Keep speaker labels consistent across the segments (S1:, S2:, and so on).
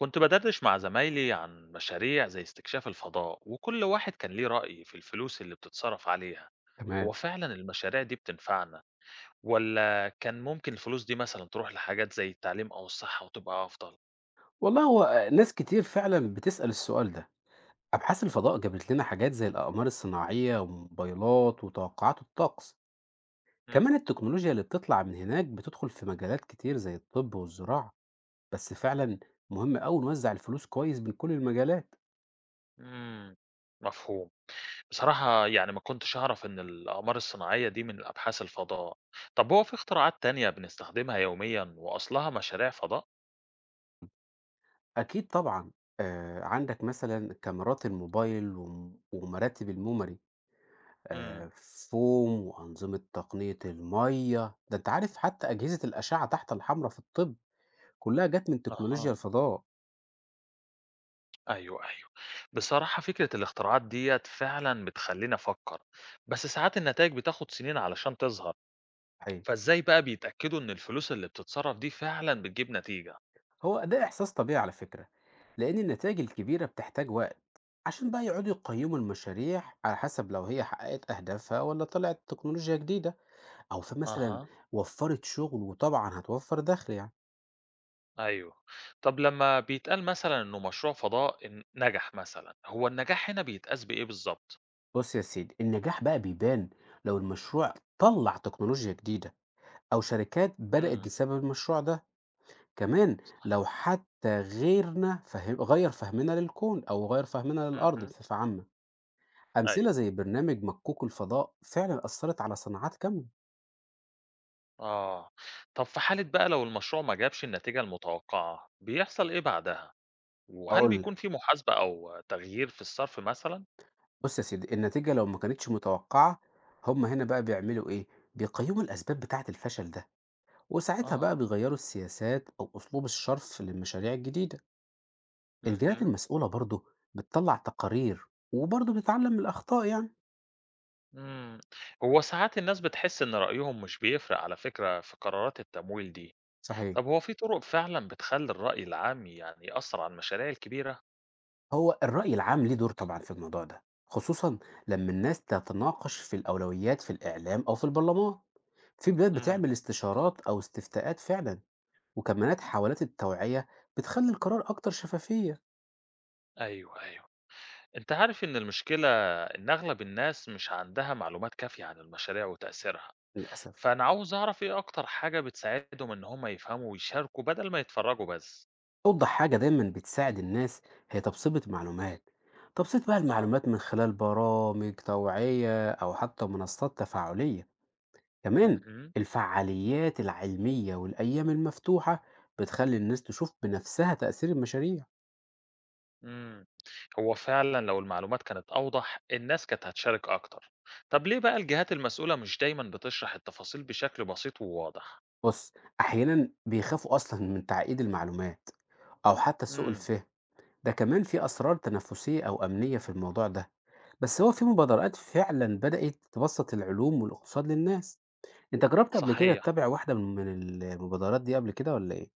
S1: كنت بدردش مع زمايلي عن مشاريع زي استكشاف الفضاء وكل واحد كان ليه رأي في الفلوس اللي بتتصرف عليها. هو
S2: تمام.
S1: فعلا المشاريع دي بتنفعنا ولا كان ممكن الفلوس دي مثلا تروح لحاجات زي التعليم أو الصحة وتبقى أفضل؟
S2: والله هو ناس كتير فعلًا بتسأل السؤال ده. أبحاث الفضاء جابت لنا حاجات زي الأقمار الصناعية والموبايلات وتوقعات الطقس.
S1: مم.
S2: كمان التكنولوجيا اللي بتطلع من هناك بتدخل في مجالات كتير زي الطب والزراعة. بس فعلًا مهم أوي نوزع الفلوس كويس بين كل المجالات.
S1: مم. مفهوم. بصراحة يعني ما كنتش أعرف إن الأقمار الصناعية دي من أبحاث الفضاء. طب هو في اختراعات تانية بنستخدمها يوميا وأصلها مشاريع فضاء؟
S2: أكيد طبعًا. عندك مثلًا كاميرات الموبايل ومراتب الميموري،
S1: مم.
S2: آآ فوم وأنظمة تقنية المَيّة. ده أنت عارف حتى أجهزة الأشعة تحت الحمرا في الطب. كلها جات من تكنولوجيا
S1: أها.
S2: الفضاء.
S1: أيوه، أيوه. بصراحة فكرة الاختراعات ديّة فعلًا بتخلّيني أفكّر، بس ساعات النتايج بتاخد سنين علشان تظهر،
S2: صحيح.
S1: فإزاي بقى بيتأكدوا إن الفلوس اللي بتتصرف دي فعلًا بتجيب نتيجة؟
S2: هو ده إحساس طبيعي على فكرة، لأن النتائج الكبيرة بتحتاج وقت، عشان بقى يقعدوا يقيموا المشاريع على حسب لو هي حققت أهدافها ولا طلعت تكنولوجيا جديدة أو في مثلا
S1: أها،
S2: وفرت شغل، وطبعا هتوفر دخل يعني.
S1: أيوه. طب لمّا بيتقال مثلًا إنه مشروع فضاء نجح مثلًا، هو النجاح هنا بيتقاس بإيه بالضبط؟
S2: بص يا سيدي، النجاح بقى بيبان لو المشروع طلع تكنولوجيا جديدة أو شركات بدأت
S1: إمم،
S2: بسبب المشروع ده، كمان لو
S1: صحيح.
S2: حتى غيرنا فهم غير فهمنا للكون أو غير فهمنا للأرض
S1: اهم،
S2: بصفة عامة.
S1: أيوه.
S2: أمثلة زي برنامج مكوك الفضاء فعلا أثرت على صناعات كاملة.
S1: آه. طب في حالة بقى لو المشروع ما جابش النتيجة المتوقعة، بيحصل إيه بعدها؟ وهل
S2: أقول لك،
S1: بيكون في محاسبة أو تغيير في الصرف مثلًا؟
S2: بص يا سيدي، النتيجة لو ما كانتش متوقعة، هم هنا بقى بيعملوا إيه؟ بيقيموا الأسباب بتاعة الفشل ده، وساعتها بقى
S1: آه،
S2: بيغيروا السياسات أو أسلوب الصرف للمشاريع الجديدة. الجهات
S1: اهم،
S2: المسؤولة برضو بتطلع تقارير، وبرضو بتتعلم من الأخطاء يعني.
S1: إمم، هو ساعات الناس بتحس إن رأيهم مش بيفرق على فكرة في قرارات التمويل دي.
S2: صحيح.
S1: طب هو في طرق فعلًا بتخلّي الرأي العام يعني يأثر على المشاريع الكبيرة؟
S2: هو الرأي العام ليه دور طبعا في الموضوع ده، خصوصا لما الناس تتناقش في الأولويات في الإعلام أو في البرلمان. في بلاد
S1: إمم،
S2: بتعمل استشارات أو استفتاءات فعلا، وكمانات حملات التوعية بتخلي القرار أكتر شفافية.
S1: أيوه، أيوه، أنت عارف إن المشكلة إن أغلب الناس مش عندها معلومات كافية عن المشاريع وتأثيرها،
S2: للأسف.
S1: فأنا عاوز أعرف إيه أكتر حاجة بتساعدهم إن هم يفهموا ويشاركوا بدل ما يتفرجوا بس؟
S2: أوضح حاجة دايما بتساعد الناس هي تبسيط المعلومات، تبسيط بقى
S1: آه،
S2: المعلومات من خلال برامج توعية أو حتى منصات تفاعلية. كمان
S1: اهم.
S2: الفعاليات العلمية والأيام المفتوحة بتخلي الناس تشوف بنفسها تأثير المشاريع.
S1: امم، هو فعلًا لو المعلومات كانت أوضح، الناس كانت هتشارك أكتر. طب ليه بقى الجهات المسؤولة مش دايمًا بتشرح التفاصيل بشكل بسيط وواضح؟
S2: بص، أحيانا بيخافوا أصلا من تعقيد المعلومات أو حتى سوء
S1: امم،
S2: الفهم. ده كمان في أسرار تنافسية أو أمنية في الموضوع ده. بس هو في مبادرات فعلا بدأت تبسط العلوم والاقتصاد للناس. انت جربت قبل كده
S1: صحيح.
S2: تتابع واحدة من المبادرات دي قبل كده ولا ايه؟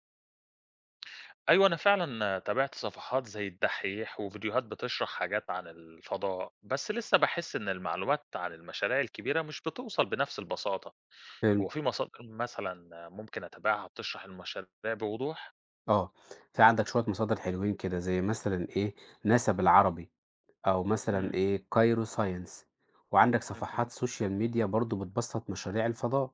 S1: أيوه أنا فعلًا تابعت صفحات زي الدحيح وفيديوهات بتشرح حاجات عن الفضاء، بس لسه باحس إن المعلومات عن المشاريع الكبيرة مش بتوصل بنفس البساطة. هو
S2: فهمت.
S1: في مصادر مثلًا ممكن أتابعها بتشرح المشاريع بوضوح؟
S2: اه، في عندك شوية مصادر حلوين كده زي مثلا ايه، ناسا بالعربي، او مثلا
S1: امم،
S2: ايه كايرو ساينس. وعندك
S1: اهم.
S2: صفحات سوشيال ميديا برضو بتبسط مشاريع الفضاء.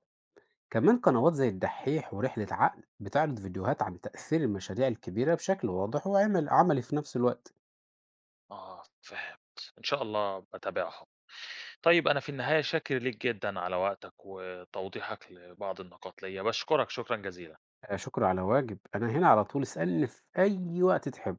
S2: كمان قنوات زي الدحيح ورحلة عقل بتعرض فيديوهات عن تأثير المشاريع الكبيرة بشكل واضح وعمل عملي في نفس الوقت.
S1: آه، فهمت. إن شاء الله أبقى أتابعهم. طيب أنا في النهاية شاكر ليك جدًا على وقتك وتوضيحك لبعض النقاط ليّا، باشكرك شكرًا جزيلًا.
S2: شكر على واجب، أنا هنا على طول، اسألني في أي وقت تحب.